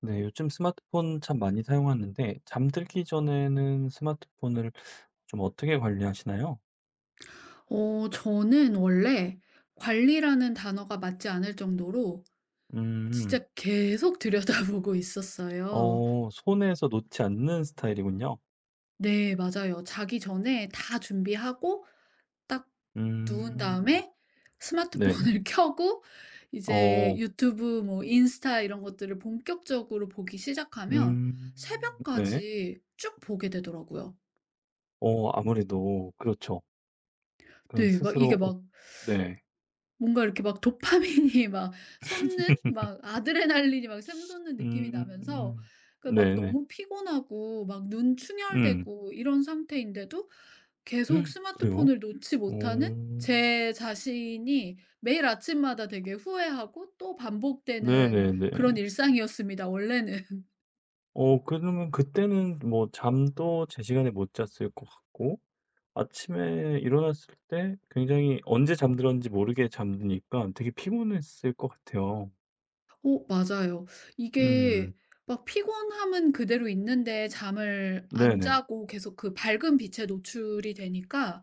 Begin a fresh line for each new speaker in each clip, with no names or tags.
네, 요즘 스마트폰 참 많이 사용하는데 잠들기 전에는 스마트폰을 좀 어떻게 관리하시나요?
어 저는 원래 관리라는 단어가 맞지 않을 정도로
음.
진짜 계속 들여다보고 있었어요.
어 손에서 놓지 않는 스타일이군요.
네, 맞아요. 자기 전에 다 준비하고 딱 누운
음.
다음에
네네.
스마트폰을 켜고 이제
어.
유튜브 뭐 인스타 이런 것들을 본격적으로 보기 시작하면
음. 네.
새벽까지 쭉 보게 되더라고요.
어 아무래도 그렇죠. 그런
네 막 이게
스스로 어
막
네.
뭔가 이렇게 막 도파민이 막 솟는 막 아드레날린이 막 샘솟는 느낌이 나면서
음.
그 막
네네.
너무 피곤하고 막 눈
음.
충혈되고 이런 상태인데도 계속
그래요?
스마트폰을 놓지
어.
못하는 제 자신이 매일 아침마다 되게 후회하고 또 반복되는
네네네.
그런 일상이었습니다 원래는.
어 그러면 그때는 뭐 잠도 제 시간에 못 잤을 것 같고 아침에 일어났을 때 굉장히 언제 잠들었는지 모르게 잠드니까 되게 피곤했을 것 같아요.
어 맞아요.
음.
이게 막 피곤함은 그대로 있는데 잠을 안
네네.
자고 계속 그 밝은 빛에 노출이 되니까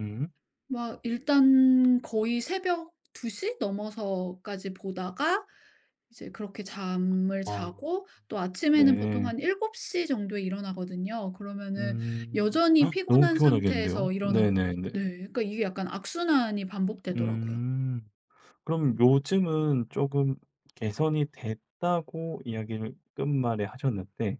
음.
막 일단 거의 새벽 2시 넘어서까지 보다가 이제 그렇게 잠을
아
자고 또 아침에는 보통
네.
한7시 정도에 일어나거든요. 그러면은
음.
여전히
헉, 너무
피곤한
피곤하겠는데요.
상태에서 일어나고
네네네.
네 그러니까 이게 약간 악순환이 반복되더라고요.
음. 그럼 요즘은 조금 개선이 됐다고 이야기를 끝말에 하셨는데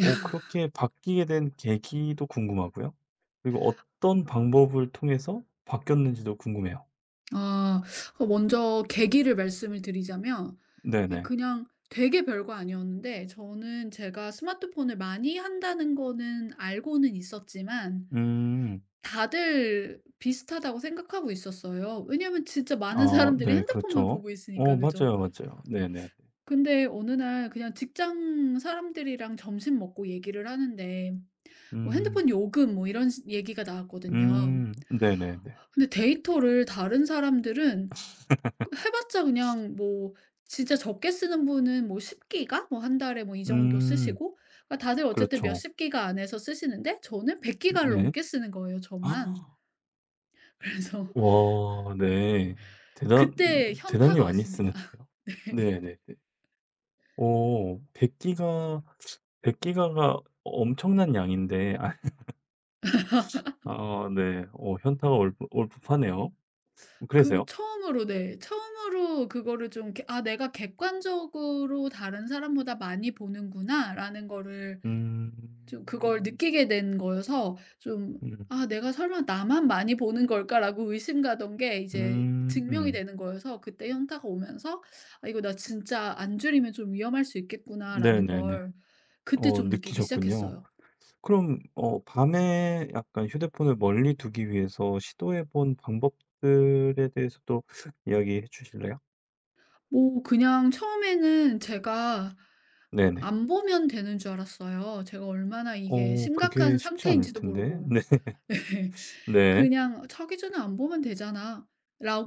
어 그렇게 바뀌게 된 계기도 궁금하고요. 그리고 어떤 방법을 통해서 바뀌었는지도 궁금해요.
아 그 먼저 계기를 말씀을 드리자면, 이게
네네.
그냥 되게 별거 아니었는데, 저는 제가 스마트폰을 많이 한다는 거는 알고는 있었지만
음.
다들 비슷하다고 생각하고 있었어요. 왜냐하면 진짜 많은
아
사람들이
네
핸드폰만
그렇죠.
보고 있으니까
어
그죠.
맞아요, 맞아요. 네네.
근데 어느 날 그냥 직장 사람들이랑 점심 먹고 얘기를 하는데 뭐
음.
핸드폰 요금 뭐 이런 얘기가 나왔거든요.
음. 네네네.
근데 데이터를 다른 사람들은 그 해봤자 그냥 뭐 진짜 적게 쓰는 분은 뭐 10기가 뭐 한 달에 뭐 이 정도
음.
쓰시고, 그러니까 다들 어쨌든
그렇죠.
몇십 기가 안에서 쓰시는데 저는 100기가를
네.
넘게 쓰는 거예요, 저만.
아,
그래서
와 네. 대단
그때
대단히
현타가
많이
왔습니다.
쓰는데요. 네네네. 오100 기가 100 기가가 엄청난 양인데 아 네. 어 현타가 올 법하네요.
그
그래서요?
처음으로. 네. 처음으로 그거를 좀 이렇게 '아 내가 객관적으로 다른 사람보다 많이 보는구나.'라는 거를 좀 그걸
음.
느끼게 된 거여서 좀
음.
'아 내가 설마 나만 많이 보는 걸까?'라고 의심가던 게 이제 증명이
음.
되는 거여서, 그때 현타가 오면서 '아 이거 나 진짜 안 줄이면 좀 위험할 수 있겠구나.'라는
네네네.
걸 그때
어
좀 느끼기
느끼셨군요.
시작했어요.
그럼 어 밤에 약간 휴대폰을 멀리 두기 위해서 시도해 본 방법들에 대해서도 이야기해 주실래요?
뭐 그냥 처음에는 제가
네네.
안 보면 되는 줄 알았어요. 제가 얼마나 이게
어
심각한
그게 쉽지 않을
상태인지도
텐데.
모르고.
네.
예.
네.
그냥 '자기 전에 안 보면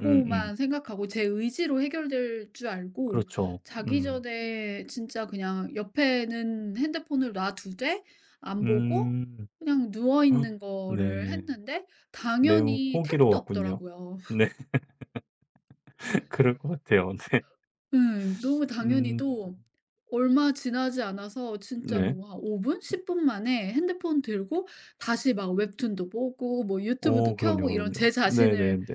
음음.
생각하고 제 의지로 해결될 줄 알고,
그렇죠.
자기
음.
전에 진짜 그냥 옆에는 핸드폰을 놔 두되 안 보고
음.
그냥 누워
헉,
있는 거를
네.
했는데
매우
당연히 택도
호기로웠군요.
없더라고요.
네. 그럴 것 같아요.
예. 너무 당연히
음.
도 얼마 지나지 않아서 진짜
네.
뭐 한 5 분, 10분 만에 핸드폰 들고 다시 막 웹툰도 보고 뭐
어
유튜브도
그럼요,
켜고 이런 제
그럼요.
자신을
네네네.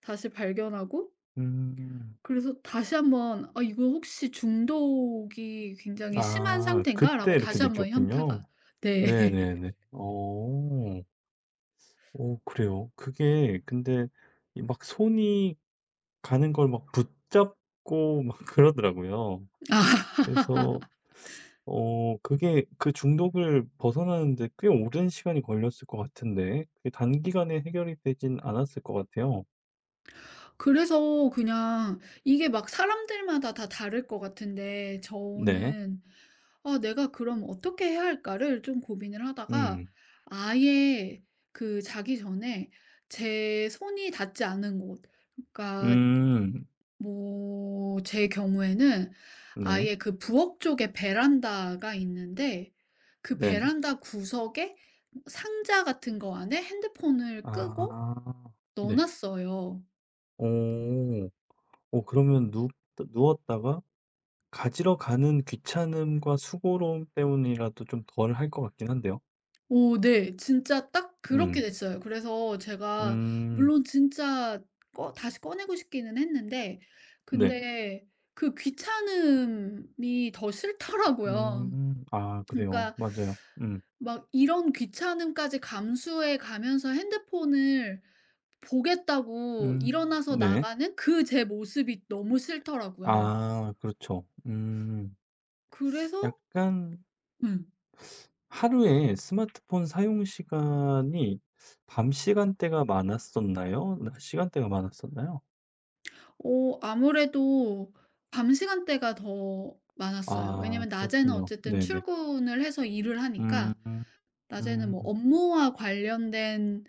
다시 발견하고,
음.
그래서 다시 한번 '아 이거 혹시 중독이 굉장히 심한
아 그때
상태인가?'라고
이렇게
다시 한번 현타가.
느꼈군요.
네.
네네네. 어. 어 그래요. 그게 근데 이 막 손이 가는 걸 막 붙잡고 막 그러더라고요.
아.
그래서 어 그게 그 중독을 벗어나는 데 꽤 오랜 시간이 걸렸을 것 같은데 그게 단기간에 해결이 되진 않았을 것 같아요.
그래서 그냥 이게 막 사람들마다 다 다를 것 같은데
네.
저는 '아 내가 그럼 어떻게 해야 할까?'를 좀 고민을 하다가
음.
아예 그 자기 전에 제 손이 닿지 않은 곳, 그러니까
음.
뭐 제 경우에는
네.
아예 그 부엌 쪽에 베란다가 있는데 그
네네.
베란다 구석에 상자 같은 거 안에 핸드폰을 끄고
아.
넣어
네.
놨어요.
오 오 그러면 누 누웠다가 가지러 가는 귀찮음과 수고로움 때문이라도 좀 덜 할 것 같긴 한데요.
오 네. 진짜 딱 그렇게
음.
됐어요. 그래서 제가
음.
물론 진짜 꺼 다시 꺼내고 싶기는 했는데
네.
근데 그 귀찮음이 더 싫더라고요.
음. 아 그래요.
그러니까
맞아요. 음.
막 이런 귀찮음까지 감수해 가면서 핸드폰을 보겠다고
음.
일어나서
네.
나가는 그 제 모습이 너무 싫더라고요.
아 그렇죠. 음.
그래서.
약간
네.
하루에 스마트폰 사용 시간이 밤 시간대가 많았었나요? 낮 시간대가 많았었나요?
어 아무래도 밤 시간대가 더 많았어요.
아
왜냐면 낮에는
그렇군요.
어쨌든
네네.
출근을 해서 일을
음.
하니까 낮에는 뭐
음.
업무와 관련된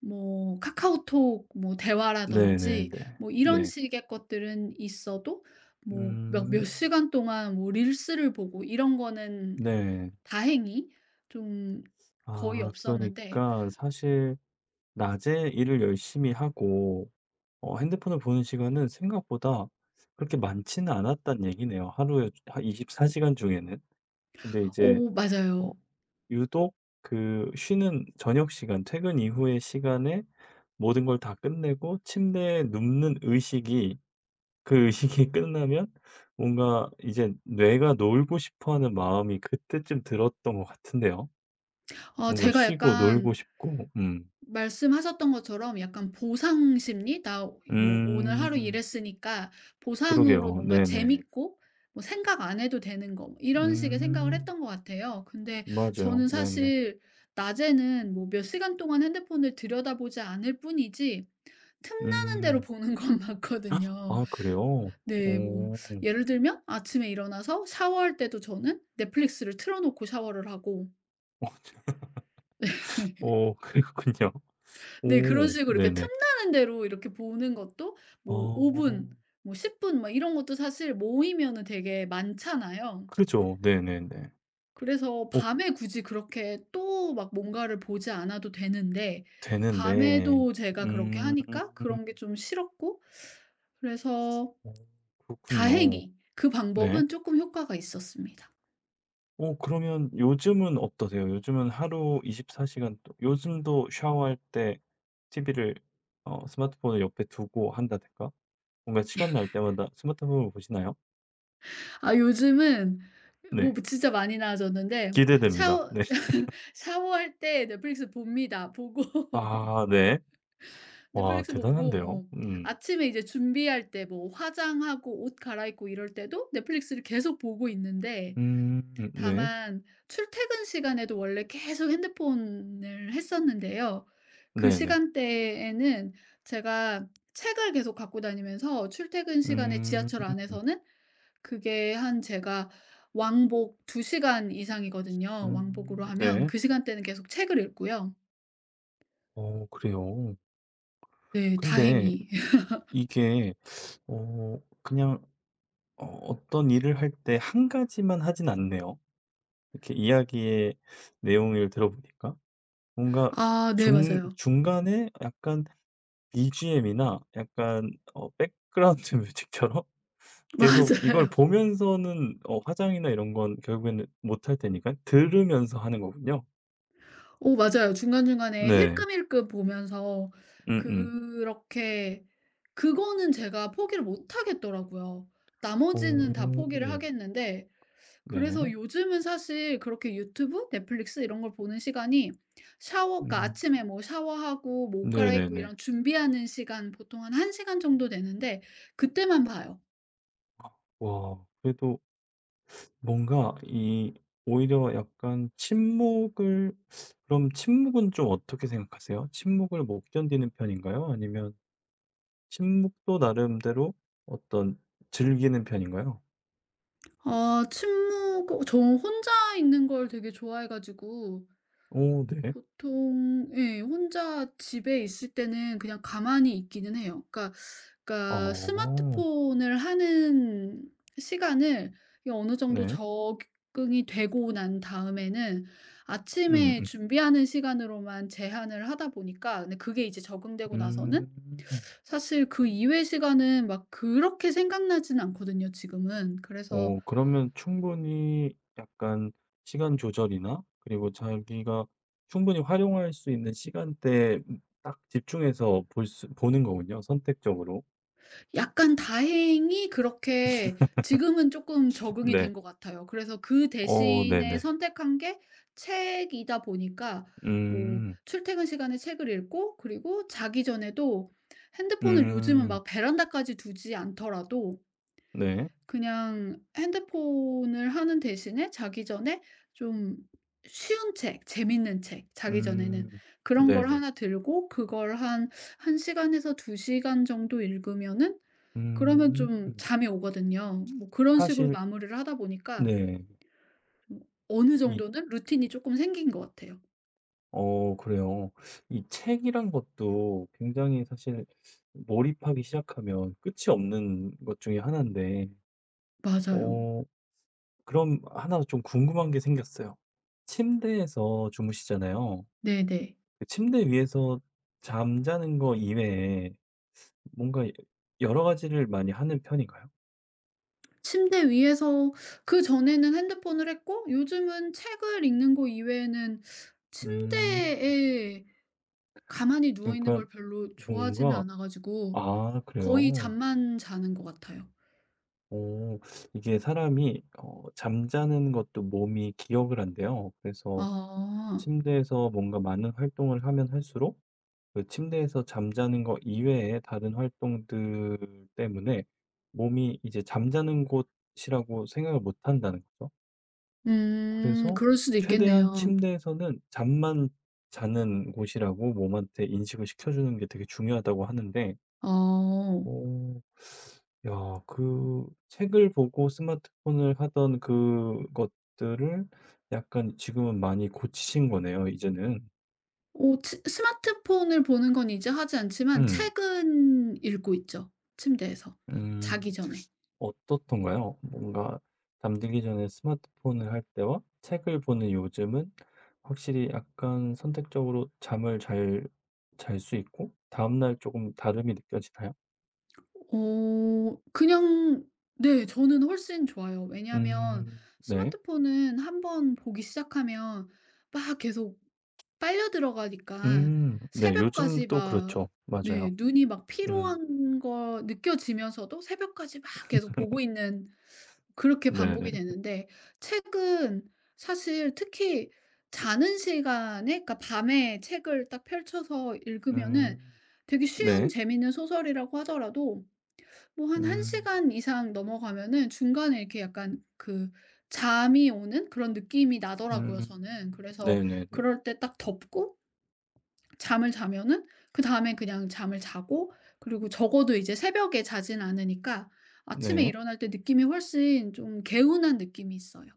뭐 카카오톡 뭐
네네네.
대화라든지 뭐 이런
네.
식의 것들은 있어도 뭐 몇
음.
시간 동안 뭐 릴스를 보고 이런 거는
네.
다행히 좀 거의
아
없었는데.
그러니까 사실 낮에 일을 열심히 하고 어 핸드폰을 보는 시간은 생각보다 그렇게 많지는 않았단 얘기네요. 하루에 한 24 시간 중에는. 근데 이제
오
어
맞아요.
유독 그 쉬는 저녁 시간 퇴근 이후의 시간에 모든 걸 다 끝내고 침대에 눕는 의식이 그 시기 끝나면 뭔가 이제 뇌가 놀고 싶어 하는 마음이 그때쯤 들었던 것 같은데요.
아
뭔가
제가
쉬고
약간
놀고 싶고. 음.
말씀하셨던 것처럼 약간 보상 심리? 나 뭐 오늘 하루
음.
일했으니까 보상으로
그러게요.
뭔가
네네.
재밌고 뭐 생각 안 해도 되는 거 뭐 이런 식의 생각을
음.
했던 것 같아요. 근데
맞아요.
저는
네네.
사실 낮에는 뭐 몇 시간 동안 핸드폰을 들여다보지 않을 뿐이지 틈나는 대로
음.
보는 건 맞거든요.
아 그래요?
네, 뭐
오...
예를 들면 아침에 일어나서 샤워할 때도 저는 넷플릭스를 틀어놓고 샤워를 하고.
오... 그랬군요.
네. 그런
오.
식으로 이렇게
네네.
틈나는 대로 이렇게 보는 것도 뭐 5
어.
분 뭐 10 분 막 이런 것도 사실 모이면은 되게 많잖아요.
그죠. 네네네.
그래서
어
밤에 굳이 그렇게 또 막 뭔가를 보지 않아도 되는데
되는데
밤에도 제가 그렇게
음.
하니까 그런 게 좀 싫었고. 그래서
어 그렇군요.
다행히 그
네.
방법은 조금 효과가 있었습니다.
어 그러면 요즘은 어떠세요? 요즘은 하루 24 시간 또 요즘도 샤워할 때 TV를 어 스마트폰을 옆에 두고 한다든가 뭔가 시간 날 때마다 스마트폰을 보시나요?
아 요즘은 뭐
네.
진짜 많이 나아졌는데
기대됩니다.
샤워
네.
샤워할 때 넷플릭스 봅니다. 보고
아 네. 와
넷플릭스 보고
대단한데요.
뭐
음.
아침에 이제 준비할 때 뭐 화장하고 옷 갈아입고 이럴 때도 넷플릭스를 계속 보고 있는데,
음 네.
다만 출퇴근 시간에도 원래 계속 핸드폰을 했었는데요. 그
네네.
시간대에는 제가 책을 계속 갖고 다니면서 출퇴근 시간에
음.
지하철 안에서는, 그게 한 제가 왕복 2 시간 이상이거든요. 왕복으로 하면
네.
그 시간대는 계속 책을 읽고요.
어 그래요.
네
근데
다행히.
이게 어 그냥 어 어떤 일을 할 때 한 가지만 하진 않네요. 이렇게 이야기의 내용을 들어보니까 뭔가
아 네
중
맞아요.
중간에 약간 BGM이나 약간 어 백그라운드 뮤직처럼 계속 이걸
맞아요.
보면서는 어 화장이나 이런 건 결국에는 못할 테니까 들으면서 하는 거군요.
오 맞아요. 중간중간에
네.
힐끔힐끔 보면서
음 음.
그렇게. 그거는 제가 포기를 못 하겠더라고요.
오.
나머지는 다 포기를 하겠는데. 그래서
네.
요즘은 사실 그렇게 유튜브, 넷플릭스 이런 걸 보는 시간이 샤워 그러니까
음.
아침에 뭐 샤워하고 뭐 옷 갈아입고
네네네.
이런 준비하는 시간 보통 한 1 시간 정도 되는데 그때만 봐요.
와 그래도 뭔가 이 오히려 약간 침묵을 그럼 침묵은 좀 어떻게 생각하세요? 침묵을 못 견디는 편인가요? 아니면 침묵도 나름대로 어떤 즐기는 편인가요?
아 침묵 어 저 혼자 있는 걸 되게 좋아해 가지고
오 네.
보통 예 혼자 집에 있을 때는 그냥 가만히 있기는 해요. 그러니까
어
스마트폰을 하는 시간을 이게 어느 정도
네.
적응이 되고 난 다음에는 아침에
음음.
준비하는 시간으로만 제한을 하다 보니까, 근데 그게 이제 적응되고
음.
나서는
음.
사실 그 이외의 시간은 막 그렇게 생각나진 않거든요, 지금은. 그래서
어 그러면 충분히 약간 시간 조절이나 그리고 자기가 충분히 활용할 수 있는 시간대에 딱 집중해서 볼 수 보는 거군요, 선택적으로.
약간 다행히 그렇게 지금은 쪼끔 적응이 된
네.
것 같아요. 그래서 그
어
대신에
네네.
선택한 게 책이다 보니까 뭐
음.
출퇴근 시간에 책을 읽고 그리고 자기 전에도 핸드폰을 요즘은
음.
막 베란다까지 두지 않더라도
네.
그냥 핸드폰을 하는 대신에 자기 전에 좀 쉬운 책, 재밌는 책, 자기 전에는
음.
그런 걸
네네.
하나 들고 그걸 한 1 시간에서 2 시간 정도 읽으면은 그러면
음.
좀 잠이 오거든요. 뭐 그런 식으로
사실
마무리를 하다 보니까
네.
좀 어느
이
정도는 루틴이 쪼끔 생긴 것 같아요.
어 그래요. 이 책이란 것도 굉장히 사실 몰입하기 시작하면 끝이 없는 것 중에 하나인데
맞아요.
어 그럼 하나 좀 궁금한 게 생겼어요. 침대에서 주무시잖아요.
네네.
그 침대 위에서 잠자는 거 이외에 뭔가 여러 가지를 많이 하는 편인가요?
침대 위에서 그전에는 핸드폰을 했고 요즘은 책을 읽는 거 이외에는
음.
침대에 가만히 누워 있는
그러니까
걸 별로 좋아하지는
뭔가
않아 가지고
아
거의
그래요?
잠만 자는 것 같아요.
오 이게 사람이 어 잠자는 것도 몸이 기억을 한대요. 그래서
아.
침대에서 뭔가 많은 활동을 하면 할수록 그 침대에서 잠자는 거 이외에 다른 활동들 때문에 몸이 이제 잠자는 곳이라고 생각을 못 한다는 거죠.
음.
그래서
그럴 수도
최대한
있겠네요.
침대에서는 잠만 자는 곳이라고 몸한테 인식을 시켜주는 게 되게 중요하다고 하는데
어.
어. 야 그 책을 보고 스마트폰을 하던 그것들을 약간 지금은 많이 고치신 거네요 이제는.
오 츠 스마트폰을 보는 건 이제 하지 않지만
음.
책은 읽고 있죠, 침대에서 자기
음.
전에.
어떻던가요? 뭔가 잠들기 전에 스마트폰을 할 때와 책을 보는 요즘은 확실히 약간 선택적으로 잠을 잘 잘 수 있고 다음날 조금 다름이 느껴지나요?
어 그냥 네 저는 훨씬 좋아요. 왜냐하면
음. 네.
스마트폰은 한번 보기 시작하면 막 계속 빨려 들어가니까
음. 네. 요즘
새벽까지
또
막
그렇죠.
네
맞아요.
눈이 막
음.
피로한 거 느껴지면서도 새벽까지 막 계속 보고 있는 그렇게 반복이
네네.
되는데, 책은 사실 특히 자는 시간에 그러니까 밤에 책을 딱 펼쳐서 읽으면은
음.
되게 쉬운
네.
재미있는 소설이라고 하더라도 뭐 한 1
음.
시간 이상 넘어가면은 중간에 이렇게 약간 그 잠이 오는 그런 느낌이 나더라고요
음.
저는. 그래서
네네네.
그럴 때 딱 덮고 잠을 자면은 그다음에 그냥 잠을 자고, 그리고 적어도 이제 새벽에 자진 않으니까 아침에
네.
일어날 때 느낌이 훨씬 좀 개운한 느낌이 있어요.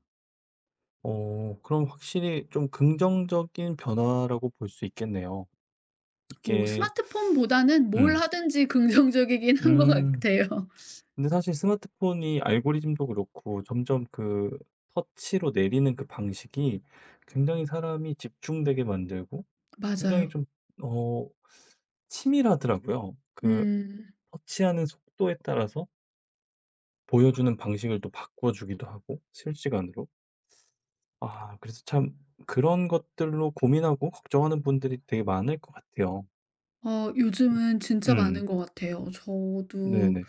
어 그럼 확실히 좀 긍정적인 변화라고 볼 수 있겠네요.
뭐
이게
스마트폰보다는 뭘
음.
하든지 긍정적이긴 한 것
음.
같아요.
근데 사실 스마트폰이 알고리즘도 그렇고 점점 그 터치로 내리는 그 방식이 굉장히 사람이 집중되게 만들고 굉장히
맞아요.
좀 어 치밀하더라고요. 그
음.
터치하는 속도에 따라서 보여주는 방식을 또 바꿔 주기도 하고 실시간으로. 아 그래서 참 그런 것들로 고민하고 걱정하는 분들이 되게 많을 것 같아요.
어 요즘은 진짜 많은
음.
것 같아요. 저도
네네.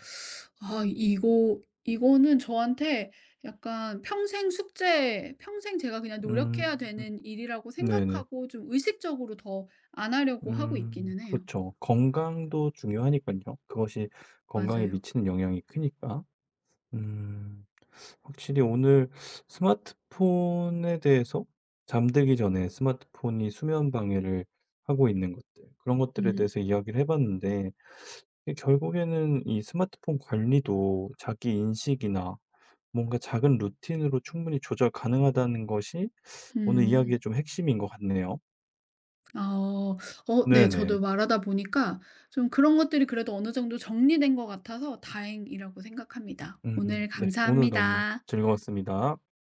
아 이거는 저한테 약간 평생 숙제, 평생 제가 그냥
음.
노력해야 되는 일이라고
네네.
생각하고 좀 의식적으로 더 안 하려고 하고
음.
있기는 해요.
그렇죠. 건강도 중요하니깐요. 그것이 건강에
맞아요.
미치는 영향이 크니까. 음. 확실히 오늘 스마트폰에 대해서 잠들기 전에 스마트폰이 수면 방해를 하고 있는 것들, 그런 것들에
음.
대해서 이야기를 해봤는데, 이게 결국에는 이 스마트폰 관리도 자기 인식이나 뭔가 작은 루틴으로 충분히 조절 가능하다는 것이 오늘 이야기의
음.
좀 핵심인 것 같네요.
아. 어 네.
네네.
저도 말하다 보니까 좀 그런 것들이 그래도 어느 정도 정리된 것 같아서 다행이라고 생각합니다. 오늘
네. 오늘 너무
감사합니다.
즐거웠습니다.